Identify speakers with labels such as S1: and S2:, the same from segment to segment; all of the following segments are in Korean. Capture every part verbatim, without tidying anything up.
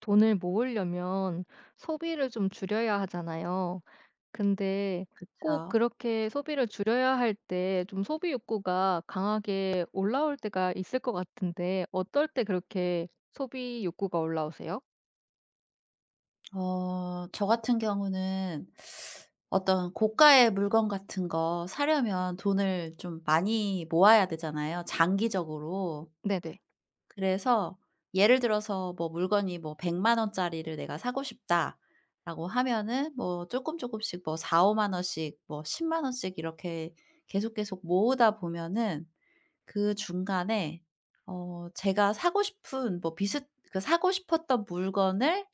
S1: 돈을 모으려면 소비를 좀 줄여야 하잖아요. 근데 꼭
S2: 그쵸.
S1: 그렇게 소비를 줄여야 할 때 좀 소비 욕구가 강하게 올라올 때가 있을 것 같은데 어떨 때 그렇게 소비 욕구가 올라오세요?
S2: 어 저 같은 경우는 어떤 고가의 물건 같은 거 사려면 돈을 좀 많이 모아야 되잖아요, 장기적으로.
S1: 네네.
S2: 그래서 예를 들어서 뭐 물건이 뭐 백 원짜리를 내가 사고 싶다라고 하면은 뭐 조금 조금씩뭐 사, 오만 원씩 뭐1 0 원씩 이렇게 계속, 계속 모으다 보면은 그 중간에 어 제가 사고 싶은 뭐 비슷 그 사고 싶었던 물건을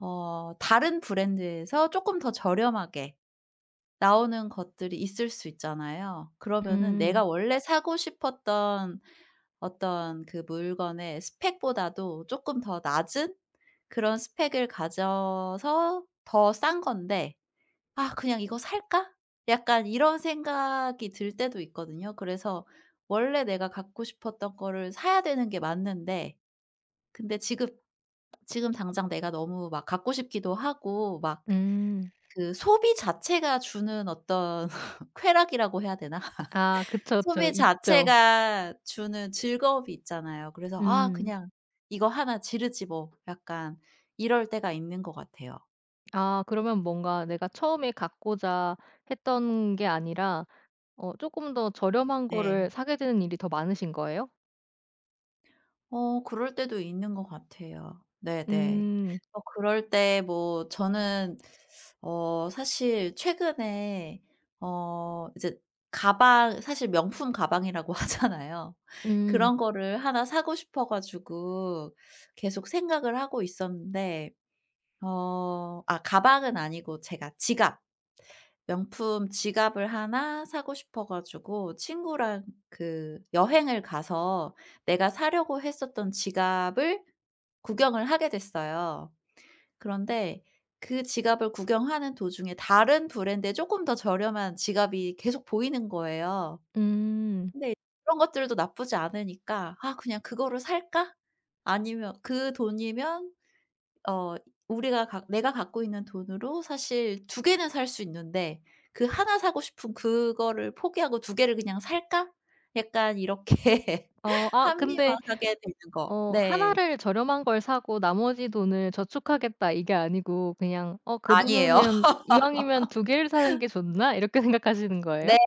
S2: 어 다른 브랜드에서 조금 더 저렴하게 나오는 것들이 있을 수 있잖아요. 그러면은 내가
S1: 음.
S2: 원래 사고 싶었던 어떤 그 물건의 스펙보다도 조금 더 낮은 그런 스펙을 가져서 더 싼 건데 '아 그냥 이거 살까?' 약간 이런 생각이 들 때도 있거든요. 그래서 원래 내가 갖고 싶었던 거를 사야 되는 게 맞는데, 근데 지금 지금 당장 내가 너무 막 갖고 싶기도 하고 막
S1: 음.
S2: 그 소비 자체가 주는 어떤 쾌락이라고 해야 되나?
S1: 아 그쵸, 그쵸.
S2: 소비
S1: 있죠.
S2: 자체가 주는 즐거움이 있잖아요. 그래서 '아
S1: 음.
S2: 그냥 이거 하나 지르지 뭐.' 약간 이럴 때가 있는 것 같아요.
S1: 아 그러면 뭔가 내가 처음에 갖고자 했던 게 아니라 어금더 저렴한
S2: 네.
S1: 거를 사게 되는 일이 더 많으신 거예요?
S2: 어 그럴 때도 있는 것 같아요. 네네.
S1: 음.
S2: 어 그럴 때 뭐 저는, 어 사실 최근에 어 이제 가방, 사실 명품 가방이라고 하잖아요.
S1: 음.
S2: 그런 거를 하나 사고 싶어 가지고 계속 생각을 하고 있었는데, 어 아, 가방은 아니고 제가 지갑. 명품 지갑을 하나 사고 싶어 가지고 친구랑 그 여행을 가서 내가 사려고 했었던 지갑을 구경을 하게 됐어요. 그런데 그 지갑을 구경하는 도중에 다른 브랜드의 조금 더 저렴한 지갑이 계속 보이는 거예요.
S1: 음.
S2: 근데 그런 것들도 나쁘지 않으니까 '아 그냥 그거를 살까? 아니면 그 돈이면, 어 우리가 가 내가 갖고 있는 돈으로 사실 두 개는 살 수 있는데, 그 하나 사고 싶은 그거를 포기하고 두 개를 그냥 살까?' 약간 이렇게
S1: 어 아 근데
S2: 합리화하게 되는 거.
S1: 어
S2: 네.
S1: 나를 저렴한 걸 사고 나머지 돈을 저축하겠다 이게 아니고 그냥 '어 그
S2: 아니에요.
S1: 돈이면 이왕이면 두 개를 사는 게 좋나?' 이렇게 생각하시는 거예요?
S2: 네.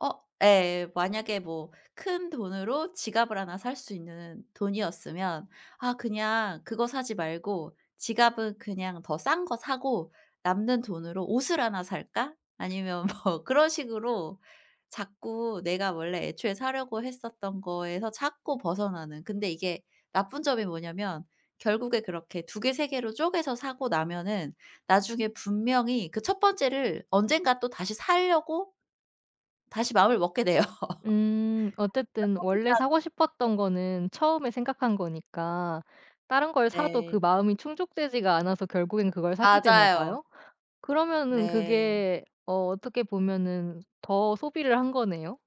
S2: 어 예. 만약에 뭐 큰 돈으로 지갑을 하나 살 수 있는 돈이었으면, 아 그냥 그거 사지 말고 지갑은 그냥 더 싼 거 사고 '남는 돈으로 옷을 하나 살까?' 아니면 뭐 그런 식으로 자꾸 내가 원래 애초에 사려고 했었던 거에서 자꾸 벗어나는, 근데 이게 나쁜 점이 뭐냐면, 결국에 그렇게 두 개 세 개로 쪼개서 사고 나면은 나중에 분명히 그 첫 번째를 언젠가 또 다시 사려고 다시 마음을 먹게 돼요.
S1: 음. 어쨌든
S2: 소비자
S1: 원래 사고 싶었던 거는 처음에 생각한 거니까 다른 걸 사도
S2: 네.
S1: 그 마음이 충족되지가 않아서 결국엔 그걸 사게 되나
S2: 맞아요.
S1: 봐요? 그러면은
S2: 네.
S1: 그게 어 어떻게 보면은 더 소비를 한 거네요?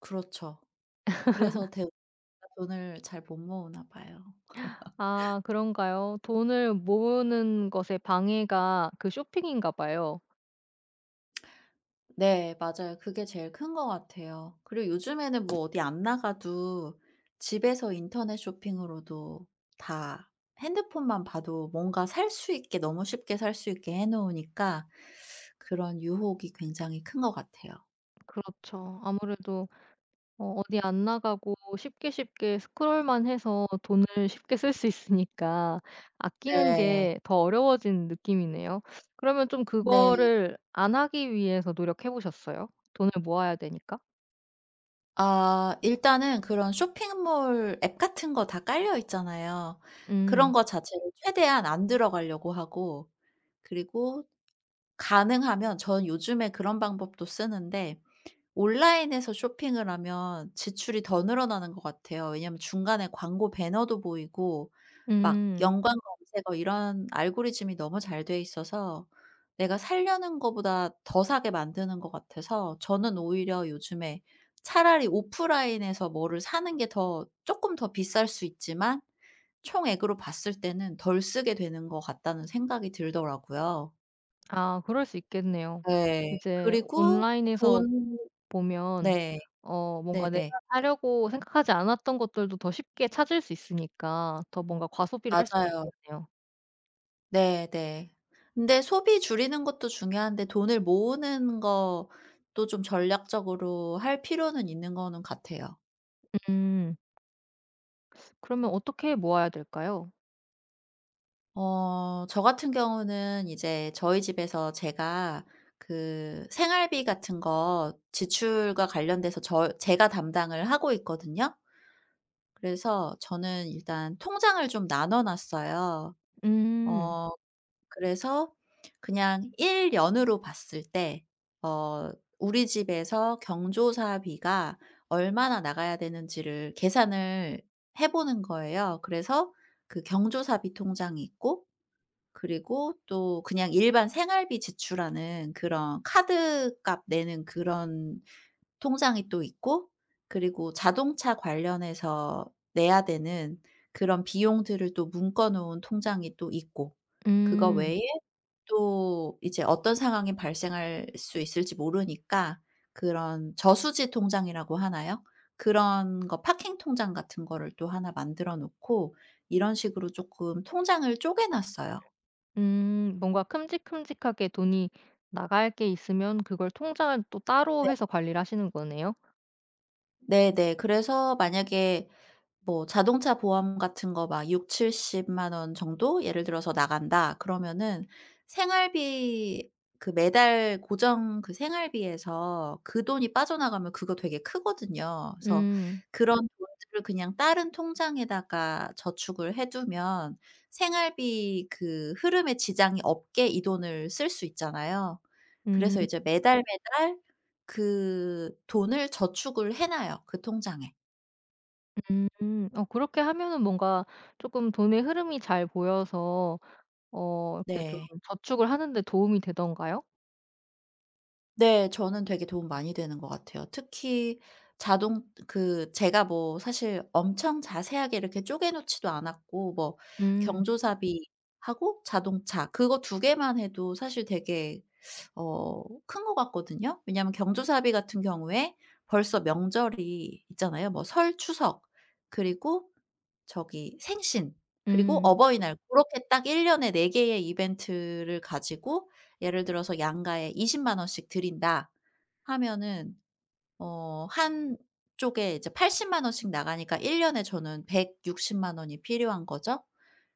S2: 그렇죠. 그래서 대 돈을 잘 못 모으나 봐요.
S1: 아 그런가요? 돈을 모으는 것에 방해가 그 쇼핑인가 봐요.
S2: 네. 맞아요. 그게 제일 큰 것 같아요. 그리고 요즘에는 뭐 어디 안 나가도 집에서 인터넷 쇼핑으로도 다, 핸드폰만 봐도 뭔가 살 수 있게, 너무 쉽게 살 수 있게 해 놓으니까 그런 유혹이 굉장히 큰 것 같아요.
S1: 그렇죠. 아무래도 어 어디 안 나가고 쉽게 쉽게 스크롤만 해서 돈을 쉽게 쓸 수 있으니까 아끼는
S2: 네.
S1: 게 더 어려워진 느낌이네요. 그러면 좀
S2: 네.
S1: 그거를 안 하기 위해서 노력해 보셨어요? 돈을 모아야 되니까?
S2: 아, 일단은 그런 쇼핑몰 앱 같은 거 다 깔려 있잖아요. 그런
S1: 음.
S2: 거 자체를 최대한 안 들어가려고 하고, 그리고 가능하면 전 요즘에 그런 방법도 쓰는데, 온라인에서 쇼핑을 하면 지출이 더 늘어나는 것 같아요. 왜냐하면 중간에 광고 배너도 보이고 막
S1: 음.
S2: 연관 검색어, 이런 알고리즘이 너무 잘 돼 있어서 내가 사려는 거보다 더 사게 만드는 것 같아서, 저는 오히려 요즘에 차라리 오프라인에서 뭐를 사는 게 더 조금 더 비쌀 수 있지만 총액으로 봤을 때는 덜 쓰게 되는 것 같다는 생각이 들더라고요.
S1: 아 그럴 수 있겠네요.
S2: 네.
S1: 이제
S2: 그리고
S1: 온라인에서
S2: 돈
S1: 보면
S2: 네.
S1: 어 뭔가 내가
S2: 네네.
S1: 사려고 생각하지 않았던 것들도 더 쉽게 찾을 수 있으니까 더 뭔가 과소비를 할 수도
S2: 맞아요.
S1: 있겠네요.
S2: 네네. 근데 소비 줄이는 것도 중요한데 돈을 모으는 것도 좀 전략적으로 할 필요는 있는 거는 같아요.
S1: 음. 그러면 어떻게 모아야 될까요?
S2: 어 저 같은 경우는 이제 저희 집에서 제가 그 생활비 같은 거 지출과 관련돼서 저 제가 담당을 하고 있거든요. 그래서 저는 일단 통장을 좀 나눠 놨어요.
S1: 음.
S2: 어 그래서 그냥 일 년으로 봤을 때 어 우리 집에서 경조사비가 얼마나 나가야 되는지를 계산을 해 보는 거예요. 그래서 그 경조사비 통장이 있고, 그리고 또 그냥 일반 생활비 지출하는 그런 카드값 내는 그런 통장이 또 있고, 그리고 자동차 관련해서 내야 되는 그런 비용들을 또 묶어 놓은 통장이 또 있고, 그거
S1: 음.
S2: 외에 또 이제 어떤 상황이 발생할 수 있을지 모르니까 그런 저수지 통장이라고 하나요? 그런 거, 파킹 통장 같은 거를 또 하나 만들어 놓고, 이런 식으로 조금 통장을 쪼개 놨어요.
S1: 음. 뭔가 큼직큼직하게 돈이 나갈 게 있으면 그걸 통장을 또
S2: 네.
S1: 따로 해서 관리를 하시는 거네요.
S2: 네네. 그래서 만약에 뭐 자동차 보험 같은 거 막6칠7 0원 정도 예를 들어서 나간다 그러면은, 생활비, 그 매달 고정 그 생활비에서 그 돈이 빠져나가면 그거 되게 크거든요. 그래서
S1: 음.
S2: 그런 돈들을 그냥 다른 통장에다가 저축을 해 두면 생활비 그 흐름에 지장이 없게 이 돈을 쓸 수 있잖아요.
S1: 음.
S2: 그래서 이제 매달, 매달 그 돈을 저축을 해 놔요, 그 통장에.
S1: 음. 음. 어 그렇게 하면은 뭔가 조금 돈의 흐름이 잘 보여서 어 이렇게 좀
S2: 네.
S1: 저축을 하는 데 도움이 되던가요?
S2: 네. 저는 되게 도움 많이 되는 것 같아요. 특히 자동 그 제가 뭐 사실 엄청 자세하게 이렇게 쪼개 놓지도 않았고, 뭐
S1: 음.
S2: 경조사비하고 자동차 그거 두 개만 해도 사실 되게 어 큰 것 같거든요. 왜냐하면 경조사비 같은 경우에 벌써 명절이 있잖아요. 뭐 설, 추석 그리고 저기 생신 그리고
S1: 음.
S2: 어버이날, 고렇게 딱 일 년에 네 개의 이벤트를 가지고 예를 들어서 양가에 이십만 원씩 드린다 하면은, 어 한쪽에 이제 팔십만 원씩 나가니까 일 년에 저는 백육십만 원이 필요한 거죠.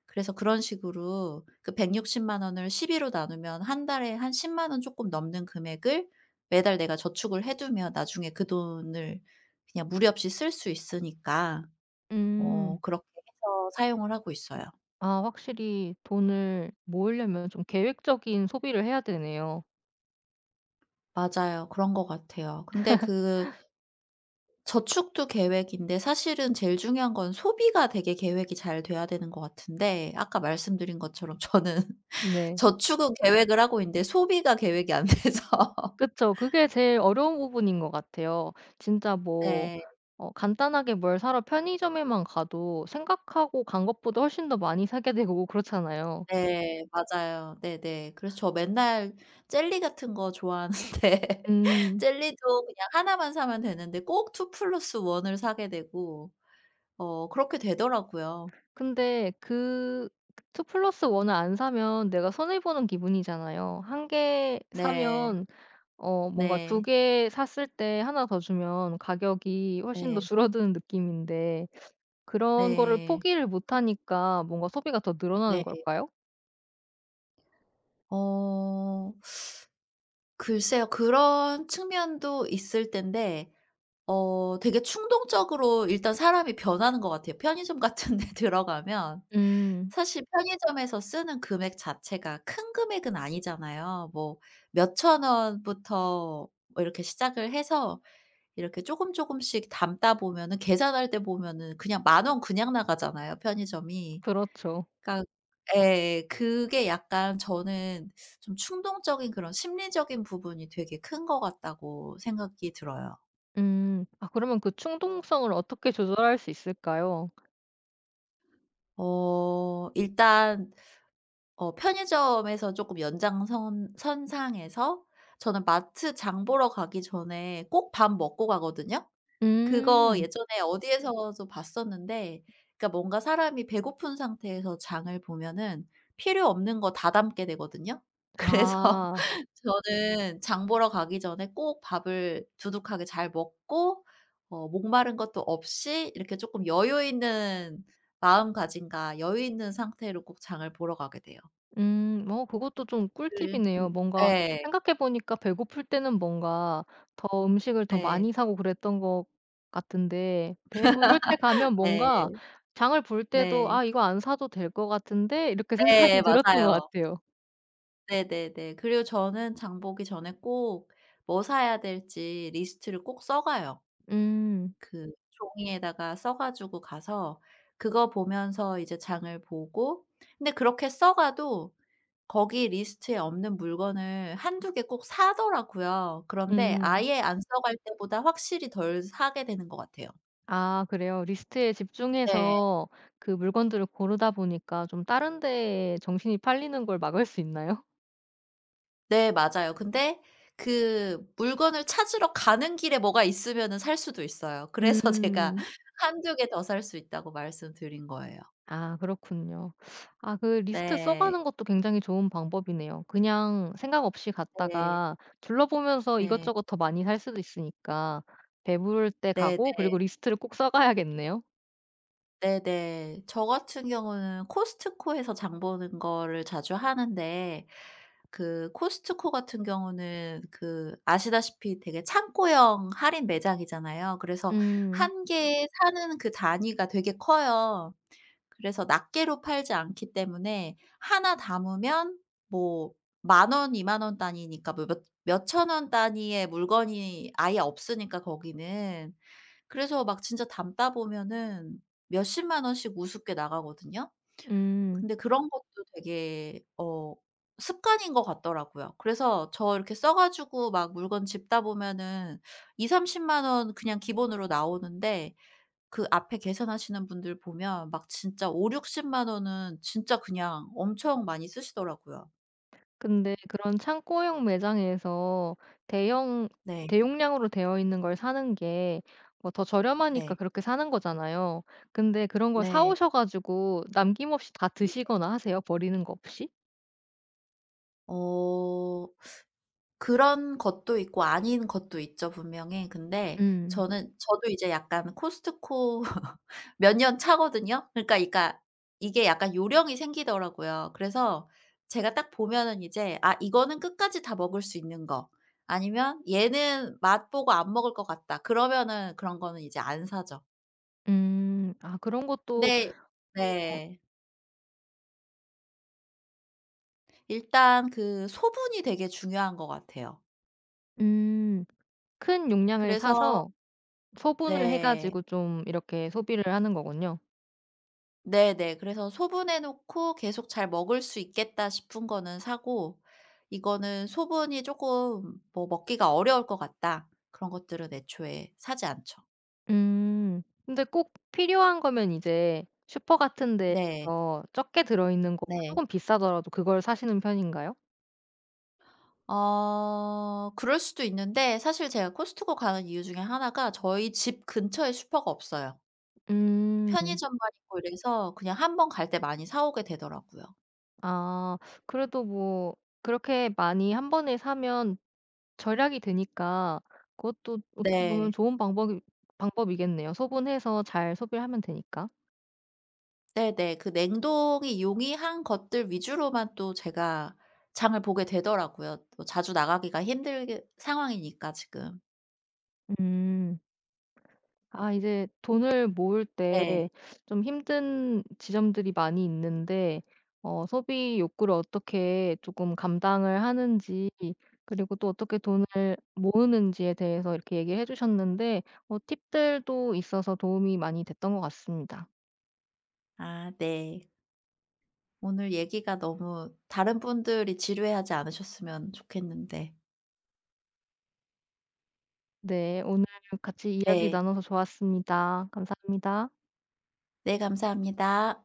S2: 그래서 그런 식으로 그 백육십만 원을 십이로 나누면 한 달에 한 십 원 쪼끔 넘는 금액을 매달 내가 저축을 해 두면 나중에 그 돈을 그냥 무리 없이 쓸 수 있으니까, 어
S1: 음.
S2: 그렇게 해서 사용을 하고 있어요.
S1: 아 확실히 돈을 모으려면 좀 계획적인 소비를 해야 되네요.
S2: 맞아요. 그런 것 같아요. 근데 그 저축도 계획인데, 사실은 제일 중요한 건 소비가 되게 계획이 잘 돼야 되는 것 같은데 아까 말씀드린 것처럼 저는
S1: 네.
S2: 저축은 계획을 하고 있는데 소비가 계획이 안 돼서.
S1: 그쵸. 그게 제일 어려운 부분인 것 같아요. 진짜 뭐
S2: 네.
S1: 어 간단하게 뭘 사러 편의점에만 가도 생각하고 간 것보다 훨씬 더 많이 사게 되고 그렇잖아요.
S2: 네. 맞아요. 네네. 그래서 저 맨날 젤리 같은 거 좋아하는데
S1: 음.
S2: 젤리도 그냥 하나만 사면 되는데 꼭 투 플러스 원을 사게 되고, 어 그렇게 되더라고요.
S1: 근데 그 이 플러스 일을 안 사면 내가 손해 보는 기분이잖아요. 한 개
S2: 네.
S1: 사면 어 뭔가 두
S2: 네.
S1: 개 샀을 때 하나 더 주면 가격이 훨씬 더
S2: 네.
S1: 줄어드는 느낌인데 그런 거를
S2: 네.
S1: 포기를 못 하니까 뭔가 소비가 더 늘어나는
S2: 네.
S1: 걸까요?
S2: 어 글쎄요. 그런 측면도 있을 텐데, 어 되게 충동적으로 일단 사람이 변하는 것 같아요. 편의점 같은 데 들어가면
S1: 음.
S2: 사실 편의점에서 쓰는 금액 자체가 큰 금액은 아니잖아요. 뭐 몇천 원부터 뭐 이렇게 시작을 해서 이렇게 쪼금 쪼금씩 담다 보면은 계산할 때 보면은 그냥 만 원 그냥 나가잖아요 편의점이.
S1: 그렇죠.
S2: 그러니까 예. 그게 약간 저는 좀 충동적인 그런 심리적인 부분이 되게 큰 것 같다고 생각이 들어요.
S1: 음. 아 그러면 그 충동성을 어떻게 조절할 수 있을까요?
S2: 어 일단 어 편의점에서 쪼끔 연장선 선상에서, 저는 마트 장 보러 가기 전에 꼭 밥 먹고 가거든요. 그거
S1: 음.
S2: 예전에 어디에서도 봤었는데, 그러니까 뭔가 사람이 배고픈 상태에서 장을 보면은 필요 없는 거 다 담게 되거든요. 그래서
S1: 아.
S2: 저는 장 보러 가기 전에 꼭 밥을 두둑하게 잘 먹고 어 목마른 것도 없이 이렇게 조금 여유 있는 마음가짐과 여유 있는 상태로 꼭 장을 보러 가게 돼요.
S1: 음. 어 그것도 좀
S2: 그리고
S1: 꿀팁이네요.
S2: 예.
S1: 뭔가
S2: 네.
S1: 생각해 보니까 배고플 때는 뭔가 더 음식을 더
S2: 네.
S1: 많이 사고 그랬던 것 같은데 배부를 때 가면 뭔가
S2: 네.
S1: 장을 볼 때도
S2: 네.
S1: '아 이거 안 사도 될 것 같은데.' 이렇게
S2: 네,
S1: 생각이 들었던 것
S2: 맞아요.
S1: 같아요.
S2: 네네네. 그리고 저는 장 보기 전에 꼭 뭐 사야 될지 리스트를 꼭 써 가요.
S1: 음.
S2: 그 종이에다가 써 가지고 가서 그거 보면서 이제 장을 보고, 근데 그렇게 써 가도 거기 리스트에 없는 물건을 한두 개 꼭 사더라고요. 그런데
S1: 음.
S2: 아예 안 써갈 때보다 확실히 덜 사게 되는 것 같아요.
S1: 아 그래요? 리스트에
S2: 네.
S1: 집중해서 그 물건들을 고르다 보니까 좀 다른 데에 정신이 팔리는 걸 막을 수 있나요?
S2: 네 맞아요. 근데 그 물건을 찾으러 가는 길에 뭐가 있으면은 살 수도 있어요. 그래서 제가
S1: 음.
S2: 한두 개 더 살 수 있다고 말씀드린 거예요.
S1: 아 그렇군요. 아 그 리스트 써
S2: 네.
S1: 가는 것도 굉장히 좋은 방법이네요. 그냥 생각 없이
S2: 네.
S1: 갔다가 둘러보면서
S2: 네.
S1: 이것저것 더 많이 살 수도 있으니까 배부를 때 가고
S2: 네네.
S1: 그리고 리스트를 꼭 써 가야겠네요.
S2: 네네. 저 같은 경우는 코스트코에서 장 보는 거를 자주 하는데, 그 코스트코 같은 경우는 그 아시다시피 되게 창고형 할인 매장이잖아요. 그래서
S1: 음.
S2: 한 개 사는 그 단위가 되게 커요. 그래서 낱개로 팔지 않기 때문에 하나 담으면 뭐 만 원, 이만 원 단위니까, 뭐 몇 몇천 원 단위의 물건이 아예 없으니까 거기는. 그래서 막 진짜 담다 보면은 몇십만 원씩 우습게 나가거든요.
S1: 음.
S2: 근데 그런 것도 되게 어 습관인 것 같더라고요. 그래서 저 이렇게 써 가지고 막 물건 집다 보면은 이백삼십만 원 그냥 기본으로 나오는데, 그 앞에 계산하시는 분들 보면 막 진짜 오육십만 원은 진짜 그냥 엄청 많이 쓰시더라고요.
S1: 근데 그런 창고형 매장에서 대형
S2: 네.
S1: 대용량으로 되어 있는 걸 사는 게 뭐 더 저렴하니까
S2: 네.
S1: 그렇게 사는 거잖아요. 근데 그런 걸 사
S2: 네.
S1: 오셔 가지고 남김없이 다 드시거나 하세요? 버리는 거 없이?
S2: 어 그런 것도 있고 아닌 것도 있죠, 분명히. 근데
S1: 음.
S2: 저는 저도 이제 약간 코스트코 몇 년 차거든요. 그러니까 그러니까 이게 약간 요령이 생기더라고요. 그래서 제가 딱 보면은 이제 '아 이거는 끝까지 다 먹을 수 있는 거.' 아니면 '얘는 맛보고 안 먹을 것 같다.' 그러면은 그런 거는 이제 안 사죠.
S1: 음. 아 그런 것도
S2: 근데 네. 일단 그 소분이 되게 중요한 것 같아요.
S1: 음 큰 용량을
S2: 그래서
S1: 사서 소분을 해
S2: 네.
S1: 가지고 좀 이렇게 소비를 하는 거군요.
S2: 네네. 그래서 소분해 놓고 계속 잘 먹을 수 있겠다 싶은 거는 사고, 이거는 소분이 조금 뭐 먹기가 어려울 것 같다, 그런 것들은 애초에 사지 않죠.
S1: 음. 근데 꼭 필요한 거면 이제 슈퍼 같은 데
S2: 네.
S1: 서 적게 들어있는 거가 조
S2: 네.
S1: 금 비싸더라도 그걸 사시는 편인가요?
S2: 어 그럴 수도 있는데 사실 제가 코스트코 가는 이유 중에 하나가 저희 집 근처에 슈퍼가 없어요.
S1: 음.
S2: 편의점만 있고 이래서 그냥 한번 갈 때 많이 사 오게 되더라고요.
S1: 아 그래도 뭐 그렇게 많이 한 번에 사면 절약이 되니까 그것도 어떻게 보면
S2: 네.
S1: 좋은 방법이 방법이겠네요. 소분해서 잘 소비를 하면 되니까.
S2: 네네. 그 냉동이 용이한 것들 위주로만 또 제가 장을 보게 되더라고요. 또 자주 나가기가 힘들 상황이니까 지금.
S1: 음. 아 이제 돈을 모을
S2: 네.
S1: 때 좀 힘든 지점들이 많이 있는데 어 소비 욕구를 어떻게 조금 감당을 하는지 그리고 또 어떻게 돈을 모으는지에 대해서 이렇게 얘기를 해 주셨는데 어 팁들도 있어서 도움이 많이 됐던 것 같습니다.
S2: 아 네. 오늘 얘기가 너무 다른 분들이 지루해하지 않으셨으면 좋겠는데.
S1: 네. 오늘 같이 이야기
S2: 네.
S1: 나눠서 좋았습니다. 감사합니다.
S2: 네 감사합니다.